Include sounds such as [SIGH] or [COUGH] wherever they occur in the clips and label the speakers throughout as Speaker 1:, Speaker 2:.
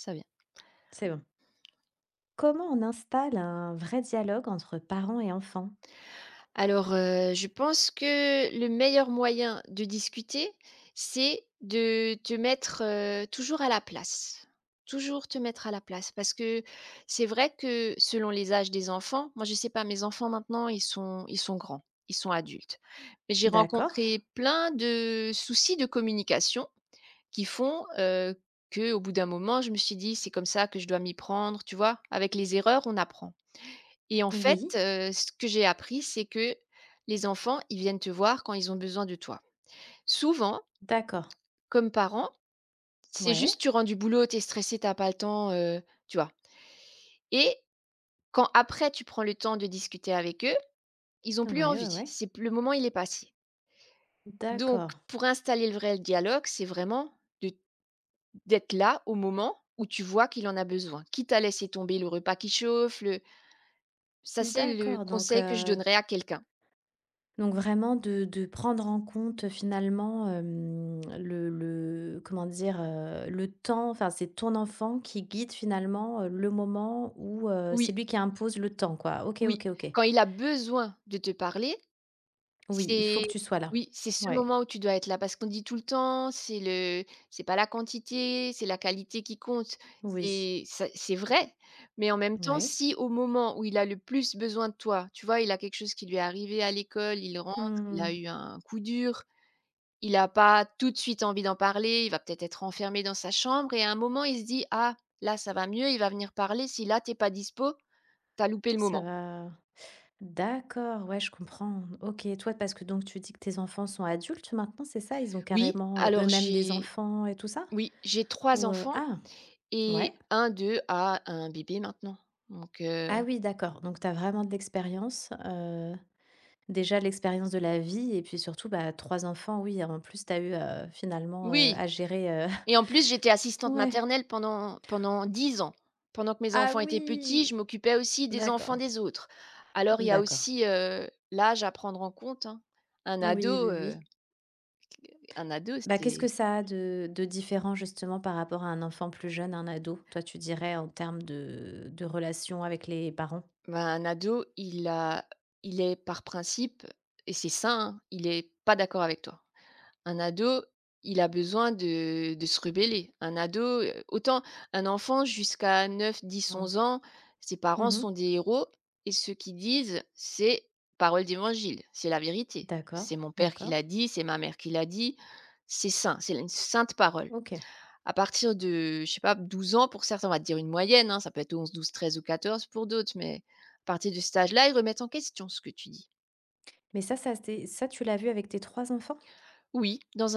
Speaker 1: Ça vient.
Speaker 2: C'est bon. Comment on installe un vrai dialogue entre parents et enfants?
Speaker 1: Je pense que le meilleur moyen de discuter, c'est de te mettre, toujours à la place. Toujours te mettre à la place parce que c'est vrai que selon les âges des enfants, moi, je sais pas, mes enfants maintenant, ils sont grands, ils sont adultes. Mais j'ai
Speaker 2: D'accord.
Speaker 1: rencontré plein de soucis de communication qui font, que, au bout d'un moment, je me suis dit: «C'est comme ça que je dois m'y prendre», tu vois? Avec les erreurs, on apprend. Et en fait,
Speaker 2: Oui.
Speaker 1: ce que j'ai appris, c'est que les enfants, ils viennent te voir quand ils ont besoin de toi. Souvent,
Speaker 2: D'accord.
Speaker 1: comme parent, c'est
Speaker 2: Ouais.
Speaker 1: juste tu rentres du boulot, t'es stressé, t'as pas le temps, tu vois? Et quand après tu prends le temps de discuter avec eux, ils ont
Speaker 2: Ouais,
Speaker 1: plus
Speaker 2: ouais,
Speaker 1: envie.
Speaker 2: ouais.
Speaker 1: C'est p le moment, il est passé. Donc
Speaker 2: D'accord.
Speaker 1: pour installer le vrai dialogue, c'est vraiment de d'être là au moment où tu vois qu'il en a besoin, quitte à laisser tomber le repas qui chauffe, le ça c'est le
Speaker 2: D'accord.
Speaker 1: conseil que je donnerais à quelqu'un.
Speaker 2: Donc vraiment de prendre en compte, finalement, le comment dire? Le temps, enfin, c'est ton enfant qui guide, finalement, le moment où, c'est
Speaker 1: Oui.
Speaker 2: lui qui impose le temps, quoi. OK,
Speaker 1: Oui,
Speaker 2: OK, OK.
Speaker 1: quand il a besoin de te parler,
Speaker 2: Oui, il faut
Speaker 1: c'est
Speaker 2: que tu sois là.
Speaker 1: oui, c'est ce
Speaker 2: Ouais.
Speaker 1: moment où tu dois être là parce qu'on dit tout le temps, c'est pas la quantité, c'est la qualité qui compte.
Speaker 2: Oui.
Speaker 1: C'est ça c'est vrai, mais en même temps,
Speaker 2: Ouais.
Speaker 1: si au moment où il a le plus besoin de toi, tu vois, il a quelque chose qui lui est arrivé à l'école, il rentre, il
Speaker 2: Mmh.
Speaker 1: a eu un coup dur, il a pas tout de suite envie d'en parler, il va peut-être être enfermé dans sa chambre et à un moment, il se dit: «Ah, là, ça va mieux, il va venir parler, si là, t'es pas dispo, t'as loupé le
Speaker 2: Ça
Speaker 1: moment».
Speaker 2: va. D'accord, ouais, je comprends. Ok, toi, parce que donc tu dis que tes enfants sont adultes maintenant, c'est ça? Ils ont
Speaker 1: Oui,
Speaker 2: carrément
Speaker 1: alors
Speaker 2: eux-mêmes des
Speaker 1: j'ai
Speaker 2: enfants et tout ça?
Speaker 1: Oui, j'ai trois
Speaker 2: Ou
Speaker 1: enfants
Speaker 2: Ah, ouais.
Speaker 1: et un d'eux a un bébé maintenant, donc
Speaker 2: Ah oui, d'accord. Donc tu as vraiment de l'expérience, déjà l'expérience de la vie et puis surtout, bah, trois enfants, oui. En plus, tu as eu finalement
Speaker 1: oui
Speaker 2: à gérer,
Speaker 1: et en plus, j'étais
Speaker 2: [LAUGHS]
Speaker 1: assistante
Speaker 2: ouais.
Speaker 1: maternelle pendant 10 ans. Pendant que mes
Speaker 2: Ah
Speaker 1: enfants étaient petits,
Speaker 2: oui,
Speaker 1: je m'occupais aussi des enfants
Speaker 2: d'accord,
Speaker 1: des autres. Alors il y a
Speaker 2: d'accord.
Speaker 1: aussi, l'âge à prendre en compte, hein. Un
Speaker 2: Oui, oui,
Speaker 1: ado,
Speaker 2: oui.
Speaker 1: un ado,
Speaker 2: Bah, qu'est-ce que
Speaker 1: c'est
Speaker 2: ça a de différent justement par rapport à un enfant plus jeune, un ado? Toi, tu dirais en termes de relation avec les parents?
Speaker 1: un ado, il est par principe et c'est sain, hein, il est pas d'accord avec toi. Un ado, il a besoin de se rebeller. Un ado, autant un enfant jusqu'à neuf, dix,
Speaker 2: Mmh.
Speaker 1: onze ans, ses parents
Speaker 2: Mmh.
Speaker 1: sont des héros et ce qu'ils disent, c'est parole d'évangile, c'est la vérité. C'est
Speaker 2: D'accord,
Speaker 1: mon père qui
Speaker 2: d'accord.
Speaker 1: l'a dit, c'est ma mère qui l'a dit, c'est saint, c'est une sainte parole.
Speaker 2: OK.
Speaker 1: À partir de, je sais pas, 12 ans pour certains, on va dire une moyenne, hein, ça peut être 11, 12, 13 ou 14 pour d'autres, mais à partir de cet âge-là, ils remettent en question ce que tu dis.
Speaker 2: Mais ça c'est ça, tu l'as vu avec tes 3 enfants?
Speaker 1: Oui, dans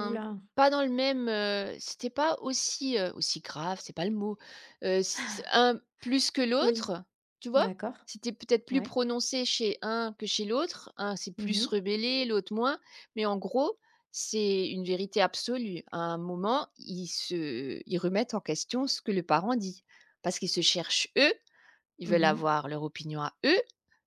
Speaker 2: Ouh là!
Speaker 1: pas dans le même, c'était pas aussi, aussi grave, c'est pas le mot, c un plus que
Speaker 2: Oui.
Speaker 1: l'autre, tu vois?
Speaker 2: D'accord.
Speaker 1: C'était peut-être plus
Speaker 2: Ouais.
Speaker 1: prononcé chez un que chez l'autre. Un s'est
Speaker 2: Mmh
Speaker 1: plus
Speaker 2: mh.
Speaker 1: rebellé, l'autre moins, mais en gros, c'est une vérité absolue. À un moment, ils remettent en question ce que le parent dit, parce qu'ils se cherchent, eux, ils
Speaker 2: Mmh
Speaker 1: veulent
Speaker 2: mh.
Speaker 1: avoir leur opinion à eux.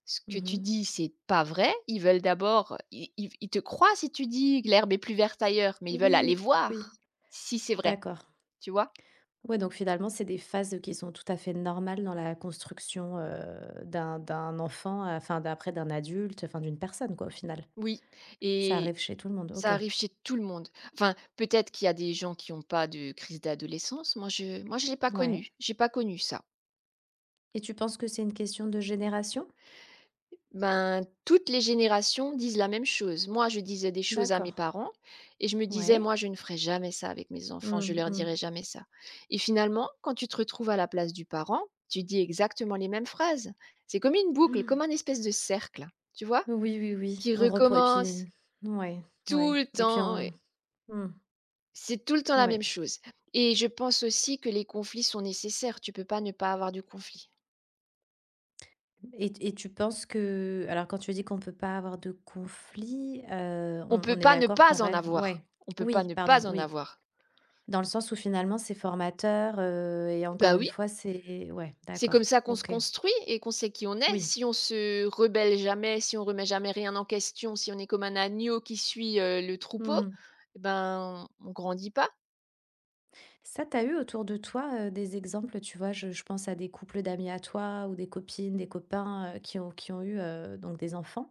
Speaker 1: Ce que tu
Speaker 2: Mmh.
Speaker 1: dis, c'est pas vrai. Ils veulent d'abord Ils te croient si tu dis que l'herbe est plus verte ailleurs, mais ils veulent aller
Speaker 2: Oui, oui.
Speaker 1: voir si c'est vrai,
Speaker 2: D'accord.
Speaker 1: tu vois?
Speaker 2: Ouais, donc finalement, c'est des phases qui sont tout à fait normales dans la construction, d'un enfant, enfin, d'après d'un adulte, enfin, d'une personne quoi, au final.
Speaker 1: Oui
Speaker 2: Ça
Speaker 1: et
Speaker 2: arrive chez tout le monde, OK.
Speaker 1: ça arrive chez tout le monde. Enfin, peut-être qu'il y a des gens qui n'ont pas de crise d'adolescence. Moi, je l'ai pas
Speaker 2: Ouais.
Speaker 1: connu, j'ai pas connu ça.
Speaker 2: Et tu penses que c'est une question de génération?
Speaker 1: Ben, toutes les générations disent la même chose. Moi, je disais des choses à mes
Speaker 2: D'accord.
Speaker 1: parents et je me disais:
Speaker 2: Ouais.
Speaker 1: «Moi, je ne ferai jamais ça avec mes enfants, je
Speaker 2: Mmh,
Speaker 1: leur
Speaker 2: mmh.
Speaker 1: dirai jamais ça» et finalement, quand tu te retrouves à la place du parent, tu dis exactement les mêmes phrases. C'est comme une boucle, comme un espèce de cercle, tu vois?
Speaker 2: Oui, oui, oui.
Speaker 1: Qui
Speaker 2: On reprend, et
Speaker 1: recommence
Speaker 2: puis ouais,
Speaker 1: tout
Speaker 2: ouais.
Speaker 1: le
Speaker 2: Et puis
Speaker 1: temps
Speaker 2: on
Speaker 1: et
Speaker 2: mmh,
Speaker 1: c'est tout le temps la
Speaker 2: ouais.
Speaker 1: même chose et je pense aussi que les conflits sont nécessaires. Tu peux pas ne pas avoir de conflit.
Speaker 2: Et tu penses que alors quand tu dis qu'on ne peut pas avoir de conflit,
Speaker 1: On
Speaker 2: on
Speaker 1: peut
Speaker 2: on est
Speaker 1: pas ne
Speaker 2: d'accord qu'on
Speaker 1: pas en
Speaker 2: reste
Speaker 1: avoir.
Speaker 2: ouais.
Speaker 1: On peut pas
Speaker 2: Oui,
Speaker 1: ne
Speaker 2: pardon,
Speaker 1: pas en
Speaker 2: oui.
Speaker 1: avoir.
Speaker 2: Dans le sens où finalement c'est formateur, et
Speaker 1: Bah,
Speaker 2: encore une
Speaker 1: oui.
Speaker 2: fois c'est ouais,
Speaker 1: C'est comme
Speaker 2: d'accord.
Speaker 1: ça qu'on se
Speaker 2: OK.
Speaker 1: construit et qu'on sait qui on est.
Speaker 2: Oui.
Speaker 1: Si on se rebelle jamais, si on remet jamais rien en question, si on est comme un agneau qui suit, le troupeau,
Speaker 2: Mmh.
Speaker 1: et ben, on grandit pas.
Speaker 2: Ça, t'as eu autour de toi, des exemples, tu vois? Je pense à des couples d'amis à toi ou des copines, des copains, qui ont eu, donc des enfants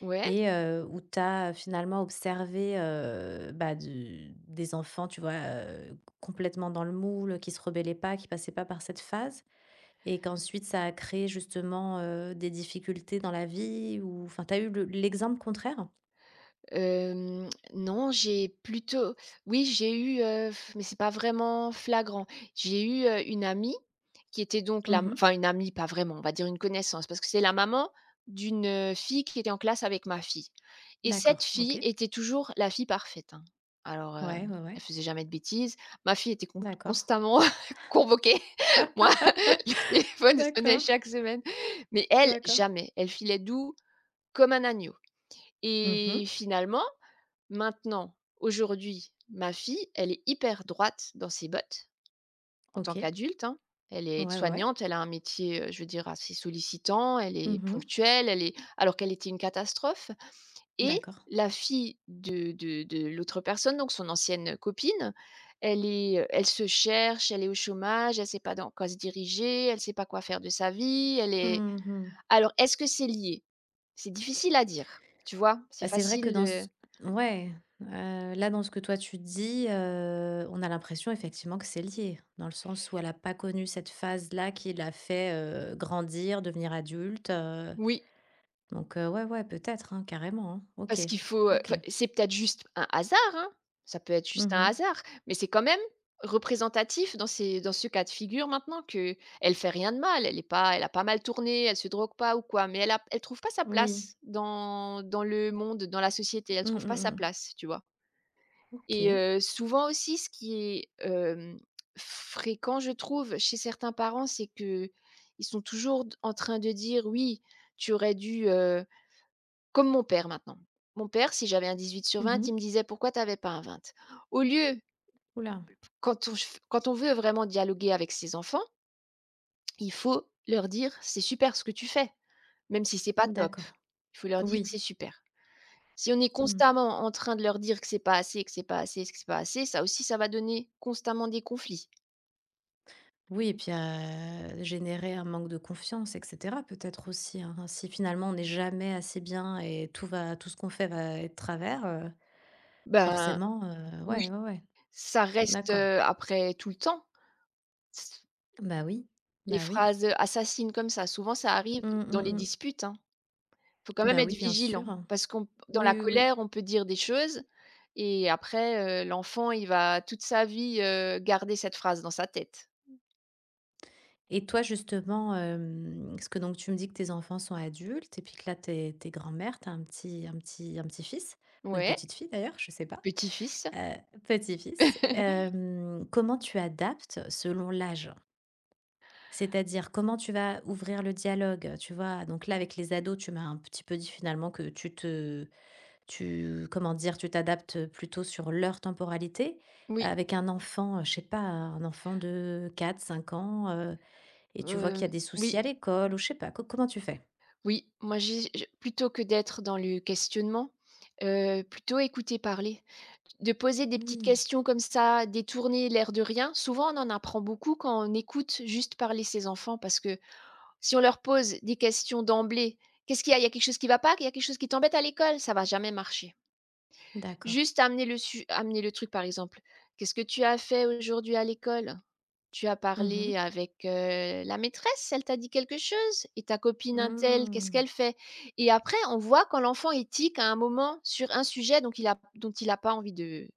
Speaker 1: Ouais.
Speaker 2: et où t'as finalement observé, bah, du des enfants, tu vois? Complètement dans le moule, qui se rebellaient pas, qui passaient pas par cette phase, et qu'ensuite ça a créé justement, des difficultés dans la vie ou enfin, t'as eu le l'exemple contraire?
Speaker 1: Non, j'ai plutôt oui, j'ai eu, mais c'est pas vraiment flagrant. J'ai eu, une amie qui était donc la m
Speaker 2: Mmh.
Speaker 1: enfin une amie, pas vraiment, on va dire une connaissance, parce que c'est la maman d'une, fille qui était en classe avec ma fille et cette
Speaker 2: D'accord,
Speaker 1: fille
Speaker 2: OK.
Speaker 1: était toujours la fille parfaite, hein. Alors,
Speaker 2: Ouais, ouais, ouais.
Speaker 1: elle faisait jamais de bêtises. Ma fille était
Speaker 2: D'accord.
Speaker 1: constamment [LAUGHS] convoquée. [LAUGHS] Moi, [LAUGHS] le
Speaker 2: [LAUGHS]
Speaker 1: téléphone sonnait
Speaker 2: D'accord,
Speaker 1: chaque semaine, mais elle,
Speaker 2: d'accord.
Speaker 1: jamais. Elle filait doux comme un agneau
Speaker 2: Mmh.
Speaker 1: et finalement Maintenant, aujourd'hui, ma fille, elle est hyper droite dans ses bottes en tant
Speaker 2: OK.
Speaker 1: qu'adulte, hein. Elle est
Speaker 2: Ouais, ouais, ouais.
Speaker 1: soignante elle a un métier, je veux dire assez sollicitant, elle est
Speaker 2: Mmh.
Speaker 1: ponctuelle, elle est alors qu'elle était une catastrophe et
Speaker 2: D'accord.
Speaker 1: la fille de l'autre personne, donc son ancienne copine, elle est, elle se cherche, elle est au chômage, elle ne sait pas dans quoi se diriger, elle ne sait pas quoi faire de sa vie, elle est
Speaker 2: Mmh.
Speaker 1: alors est-ce que c'est lié? C'est difficile à dire, tu vois? C'est
Speaker 2: Bah, c'est vrai que
Speaker 1: facile
Speaker 2: dans ce
Speaker 1: de
Speaker 2: ouais, heu, là, dans ce que toi tu dis, on a l'impression effectivement que c'est lié. Dans le sens où elle a pas connu cette phase-là qui l'a fait, grandir, devenir adulte,
Speaker 1: Oui.
Speaker 2: donc ouais, ouais, peut-être, hein, carrément, hein. OK,
Speaker 1: Parce qu'il faut,
Speaker 2: OK.
Speaker 1: enfin, c'est peut-être juste un hasard, hein, ça peut être juste un
Speaker 2: Mmh.
Speaker 1: hasard, mais c'est quand même représentatif dans ces dans ce cas de figure maintenant qu'elle fait rien de mal, elle est pas elle a pas mal tourné, elle se drogue pas ou quoi, mais elle trouve pas sa
Speaker 2: Oui.
Speaker 1: place dans le monde, dans la société, elle
Speaker 2: Mmh,
Speaker 1: trouve
Speaker 2: mmh,
Speaker 1: pas sa
Speaker 2: mmh.
Speaker 1: place, tu vois? Et
Speaker 2: OK.
Speaker 1: souvent aussi ce qui est, fréquent je trouve chez certains parents, c'est qu'ils sont toujours d en train de dire: «Oui, tu aurais dû, comme mon père maintenant. Mon père, si j'avais un 18/20,
Speaker 2: Mmh. Oula.
Speaker 1: il me disait: «Pourquoi tu n'avais pas un 20?» Au lieu, quand on veut vraiment dialoguer avec ses enfants, il faut leur dire: «C'est super ce que tu fais», même si c'est pas top.
Speaker 2: D'accord.
Speaker 1: Il faut leur dire que
Speaker 2: Oui.
Speaker 1: c'est super. Si on est
Speaker 2: Mmh.
Speaker 1: constamment en train de leur dire que c'est pas assez, que c'est pas assez, que c'est pas assez, ça aussi, ça va donner constamment des conflits.
Speaker 2: Oui et puis, générer un manque de confiance et cetera peut-être aussi, hein? Si finalement on n'est jamais assez bien et tout va tout ce qu'on fait va être travers,
Speaker 1: Ben,
Speaker 2: forcément,
Speaker 1: oui,
Speaker 2: ouais, ouais, ouais,
Speaker 1: ça reste,
Speaker 2: d'accord.
Speaker 1: après tout le temps.
Speaker 2: Bah oui,
Speaker 1: Les
Speaker 2: bah oui.
Speaker 1: phrases assassines comme ça, souvent ça arrive
Speaker 2: Mmh,
Speaker 1: dans
Speaker 2: mmh,
Speaker 1: les
Speaker 2: mmh.
Speaker 1: disputes, hein. Faut quand même
Speaker 2: Bah
Speaker 1: être
Speaker 2: oui, bien
Speaker 1: vigilant
Speaker 2: sûr.
Speaker 1: parce qu'on dans la
Speaker 2: Oui, oui, oui.
Speaker 1: colère, on peut dire des choses et après, l'enfant, il va toute sa vie, garder cette phrase dans sa tête.
Speaker 2: Et toi justement, parce que donc tu me dis que tes enfants sont adultes et puis que là t'es grand-mère, t'as un petit un petit un petit-fils ou une
Speaker 1: Ouais,
Speaker 2: petite-fille d'ailleurs, je sais pas.
Speaker 1: petit-fils.
Speaker 2: Heu, petit-fils,
Speaker 1: [LAUGHS]
Speaker 2: comment tu adaptes selon l'âge? C'est-à-dire comment tu vas ouvrir le dialogue, tu vois? Donc là, avec les ados, tu m'as un petit peu dit finalement que tu comment dire? Tu t'adaptes plutôt sur leur temporalité.
Speaker 1: Oui,
Speaker 2: Avec un enfant, je sais pas, un enfant de quatre cinq ans, heu, et tu vois qu'il y a
Speaker 1: heu,
Speaker 2: des
Speaker 1: oui,
Speaker 2: soucis à l'école ou je sais pas, co comment tu fais?
Speaker 1: oui, moi j'ai je plutôt que d'être dans le questionnement, plutôt écouter parler. De poser des petites
Speaker 2: Mmh,
Speaker 1: questions comme ça, détourner l'air de rien. Souvent, on en apprend beaucoup quand on écoute juste parler ses enfants parce que Si on leur pose des questions d'emblée: «Qu'est-ce qu'il y a? Il y a quelque chose qui va pas? Il y a quelque chose qui t'embête à l'école?» ça va jamais marcher.
Speaker 2: d'accord.
Speaker 1: Juste amener le su amener le truc par exemple: «Qu'est-ce que tu as fait aujourd'hui à l'école? Tu as
Speaker 2: Mmh
Speaker 1: parlé
Speaker 2: mh.
Speaker 1: avec, la maîtresse? Elle t'a dit quelque chose? Et ta copine untel, qu'est-ce
Speaker 2: Mmh.
Speaker 1: qu'elle fait?» et après on voit quand l'enfant il tique à un moment sur un sujet donc il a dont il a pas envie de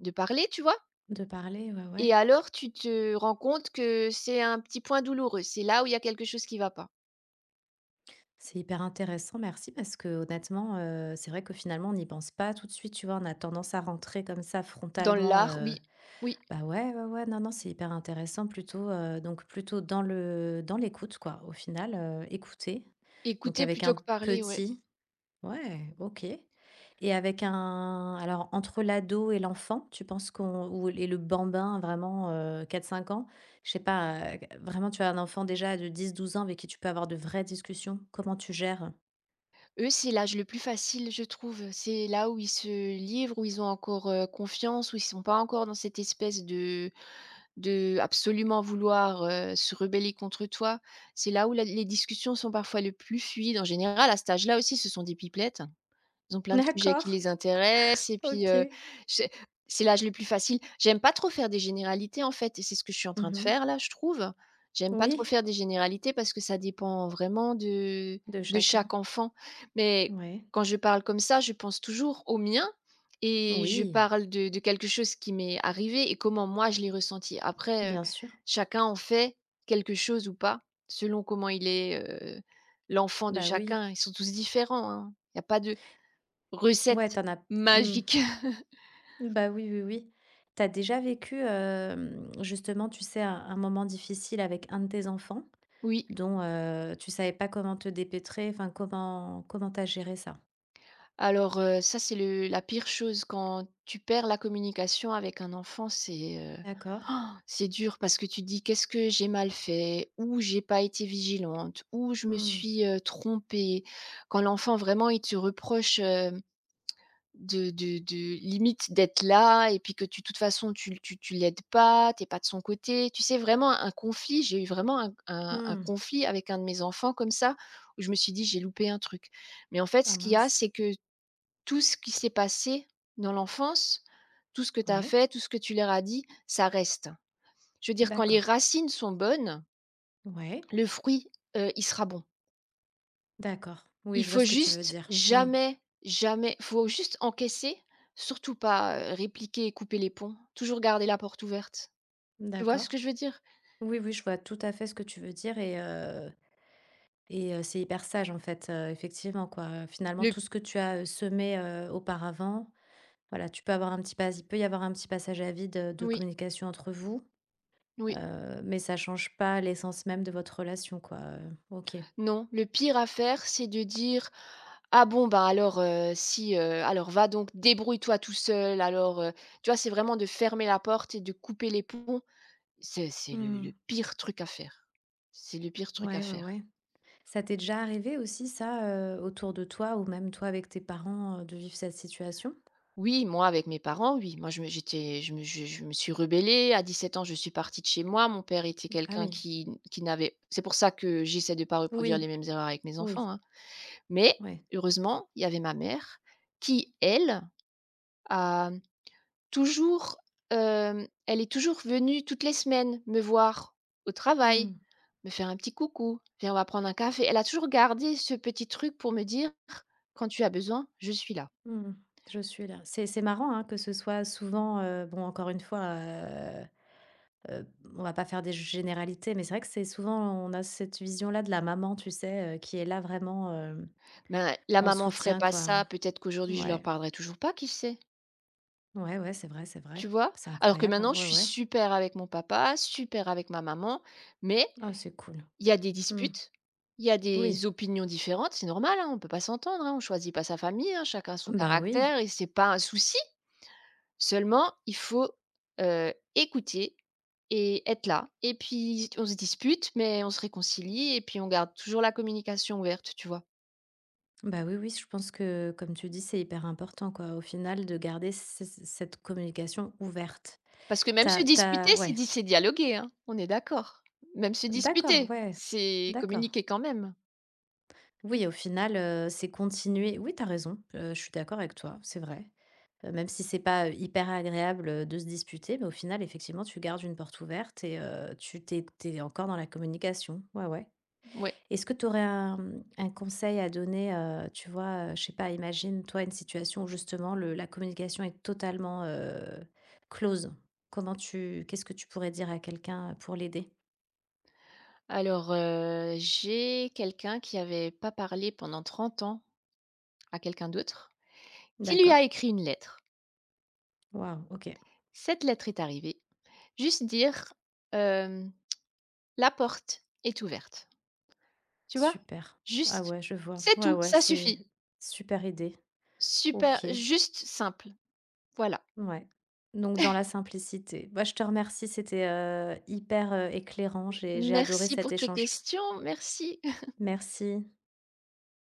Speaker 1: parler, tu vois?
Speaker 2: De parler, ouais,
Speaker 1: Et
Speaker 2: ouais.
Speaker 1: alors tu te rends compte que c'est un petit point douloureux, c'est là où il y a quelque chose qui va pas.
Speaker 2: C'est hyper intéressant, merci, parce qu'honnêtement, c'est vrai que finalement, on n'y pense pas tout de suite, tu vois? On a tendance à rentrer comme ça frontalement.
Speaker 1: Oui, oui.
Speaker 2: Bah, ouais, ouais, ouais, non, non, c'est hyper intéressant plutôt, donc plutôt dans le dans l'écoute quoi, au final, écouter, donc
Speaker 1: Écouter
Speaker 2: avec
Speaker 1: plutôt
Speaker 2: un
Speaker 1: que parler, ouais.
Speaker 2: petit ouais, OK. Et avec un alors entre l'ado et l'enfant, tu penses qu'on ou et le bambin vraiment, 4-5 ans, je sais pas, vraiment tu as un enfant déjà de dix douze ans avec qui tu peux avoir de vraies discussions, comment tu gères?
Speaker 1: Eux, c'est l'âge le plus facile, je trouve. C'est là où ils se livrent, où ils ont encore confiance, où ils sont pas encore dans cette espèce de, absolument vouloir se rebeller contre toi. C'est là où les discussions sont parfois le plus fluides. En général, à cet âge-là aussi, ce sont des pipelettes. Ils ont plein de sujets qui
Speaker 2: D'accord,
Speaker 1: les intéressent et puis,
Speaker 2: OK.
Speaker 1: c'est c'est l'âge le plus facile. J'aime pas trop faire des généralités en fait et c'est ce que je suis en train de
Speaker 2: Mmh.
Speaker 1: faire là, je trouve. J'aime pas trop
Speaker 2: Oui,
Speaker 1: faire des généralités parce que ça dépend vraiment de
Speaker 2: de chacun.
Speaker 1: chaque enfant. Mais
Speaker 2: Ouais.
Speaker 1: quand je parle comme ça, je pense toujours au mien et je
Speaker 2: Oui,
Speaker 1: parle de quelque chose qui m'est arrivé et comment moi je l'ai ressenti. Après,
Speaker 2: bien sûr.
Speaker 1: chacun en fait quelque chose ou pas, selon comment il est, heu, l'enfant de
Speaker 2: Bah, oui.
Speaker 1: chacun. Ils sont tous différents, hein. Il y a pas de
Speaker 2: Ouais,
Speaker 1: recette
Speaker 2: t'en as mmh.
Speaker 1: magique, [LAUGHS]
Speaker 2: Bah, oui, oui, oui. T'as déjà vécu, justement, tu sais, un moment difficile avec un de tes enfants
Speaker 1: oui.
Speaker 2: dont, tu savais pas comment te dépêtrer, enfin, comment t'as géré ça?
Speaker 1: Alors, ça, c'est le la pire chose quand tu perds la communication avec un enfant, c'est,
Speaker 2: D'accord.
Speaker 1: oh, c'est dur parce que tu te dis: «Qu'est-ce que j'ai mal fait? Ou j'ai pas été vigilante? Ou je me
Speaker 2: Mmh.
Speaker 1: suis, trompée?» Quand l'enfant vraiment il te reproche, de limite d'être là et puis que tu de toute façon tu l'aides pas, t'es pas de son côté. Tu sais vraiment un conflit, j'ai eu vraiment un
Speaker 2: Mmh.
Speaker 1: conflit avec un de mes enfants comme ça, où je me suis dit: «J'ai loupé un truc». Mais en fait,
Speaker 2: Ah
Speaker 1: ce qu'il y a,
Speaker 2: mince.
Speaker 1: c'est que tout ce qui s'est passé dans l'enfance, tout ce que tu as
Speaker 2: Ouais.
Speaker 1: fait, tout ce que tu leur as dit, ça reste. Je veux dire quand les
Speaker 2: D'accord.
Speaker 1: racines sont bonnes,
Speaker 2: Ouais.
Speaker 1: le fruit, il sera bon.
Speaker 2: D'accord. Oui,
Speaker 1: Il
Speaker 2: je vois
Speaker 1: faut
Speaker 2: ce que tu veux
Speaker 1: juste
Speaker 2: dire. Mmh.
Speaker 1: jamais, jamais faut juste encaisser, surtout pas, répliquer et couper les ponts. Toujours garder la porte ouverte. Tu vois ce que
Speaker 2: D'accord.
Speaker 1: je veux dire?
Speaker 2: Oui, oui, je vois tout à fait ce que tu veux dire et heu, c'est hyper sage, en fait, effectivement, quoi. Finalement,
Speaker 1: Le
Speaker 2: tout ce que tu as, semé, auparavant. Voilà, tu peux avoir un petit pas il peut y avoir un petit passage à vide, de
Speaker 1: Oui,
Speaker 2: communication entre vous,
Speaker 1: oui,
Speaker 2: mais ça change pas l'essence même de votre relation, quoi, OK.
Speaker 1: non, le pire à faire, c'est de dire: «Ah bon, bah, alors, si, alors va donc, débrouille-toi tout seul, alors». Tu vois, c'est vraiment de fermer la porte et de couper les ponts. C'est le
Speaker 2: Mmh.
Speaker 1: pire truc à faire. C'est le pire truc à
Speaker 2: Ouais, ouais,
Speaker 1: faire.
Speaker 2: ouais. Ça t'est déjà arrivé aussi ça, autour de toi ou même toi avec tes parents, de vivre cette situation?
Speaker 1: Oui, moi, avec mes parents, oui. Moi, je me suis rebellée. À 17 ans, je suis partie de chez moi. Mon père était
Speaker 2: Ah
Speaker 1: quelqu'un
Speaker 2: oui.
Speaker 1: qui n'avait c'est pour ça que j'essaie de ne pas reproduire
Speaker 2: Oui,
Speaker 1: les mêmes erreurs avec mes
Speaker 2: oui,
Speaker 1: enfants, hein. Mais
Speaker 2: ouais.
Speaker 1: heureusement, il y avait ma mère qui, elle, a toujours, elle est toujours venue toutes les semaines me voir au travail,
Speaker 2: Mmh.
Speaker 1: me faire un petit coucou: «Viens, on va prendre un café». Elle a toujours gardé ce petit truc pour me dire: «Quand tu as besoin, je suis là».
Speaker 2: Mmh. Je suis là. C'est marrant, hein, que ce soit souvent, bon encore une fois, heu, on va pas faire des généralités, mais c'est vrai que c'est souvent on a cette vision-là de la maman, tu sais, qui est là vraiment, hem,
Speaker 1: Ben, la
Speaker 2: en
Speaker 1: maman ferait
Speaker 2: soutien,
Speaker 1: pas
Speaker 2: quoi.
Speaker 1: ça, peut-être qu'aujourd'hui je leur
Speaker 2: Ouais.
Speaker 1: parlerai toujours pas, qui sait?
Speaker 2: Ouais, ouais, c'est vrai, c'est vrai.
Speaker 1: Tu vois?
Speaker 2: C'est
Speaker 1: Alors que
Speaker 2: incroyable, hein.
Speaker 1: maintenant je
Speaker 2: Ouais,
Speaker 1: suis
Speaker 2: ouais.
Speaker 1: super avec mon papa, super avec ma maman, mais
Speaker 2: Ah, c'est cool.
Speaker 1: il y a des
Speaker 2: Mmh.
Speaker 1: disputes, il y a
Speaker 2: Oui.
Speaker 1: des opinions différentes, c'est normal, hein, on peut pas s'entendre, hein, on choisit pas sa famille, hein, chacun son
Speaker 2: Bah, oui.
Speaker 1: caractère et c'est pas un souci. Seulement, il faut, écouter et être là et puis on se dispute mais on se réconcilie et puis on garde toujours la communication ouverte, tu vois?
Speaker 2: Bah, oui, oui, je pense que, comme tu dis, c'est hyper important, quoi, au final, de garder c cette communication ouverte.
Speaker 1: Parce que même se
Speaker 2: T'as
Speaker 1: disputer,
Speaker 2: t'as ouais.
Speaker 1: c'est dialoguer, hein, on est d'accord? Même se
Speaker 2: D'accord,
Speaker 1: disputer,
Speaker 2: ouais.
Speaker 1: c'est
Speaker 2: D'accord.
Speaker 1: communiquer quand même,
Speaker 2: Oui, au final, c'est continuer oui, t'as raison, je suis d'accord avec toi, c'est vrai. Même si c'est pas, hyper agréable, de se disputer, mais au final, effectivement, tu gardes une porte ouverte et tu t'es es encore dans la communication. Ouais, ouais.
Speaker 1: ouais.
Speaker 2: Est-ce que tu aurais un, mmh, un conseil à donner, tu vois, je sais pas, imagine, toi, une situation où justement le la communication est totalement, close. Comment tu qu'est-ce que tu pourrais dire à quelqu'un pour l'aider?
Speaker 1: Alors, j'ai quelqu'un qui avait pas parlé pendant 30 ans à quelqu'un d'autre, qui lui
Speaker 2: D'accord.
Speaker 1: a écrit une lettre.
Speaker 2: Waouh, OK,
Speaker 1: Cette lettre est arrivée, juste dire, hem: «La porte est ouverte», tu vois?
Speaker 2: super. Ah
Speaker 1: Juste,
Speaker 2: ouais, je vois.
Speaker 1: c'est
Speaker 2: Ouais,
Speaker 1: tout,
Speaker 2: ouais,
Speaker 1: ça
Speaker 2: c'est
Speaker 1: suffit.
Speaker 2: super idée.
Speaker 1: Super,
Speaker 2: OK.
Speaker 1: juste simple, voilà.
Speaker 2: Ouais, donc dans la simplicité. Bah, je te remercie, c'était, hyper, éclairant. J'ai adoré
Speaker 1: Merci
Speaker 2: cet
Speaker 1: pour tes
Speaker 2: échange.
Speaker 1: questions, merci.
Speaker 2: Merci.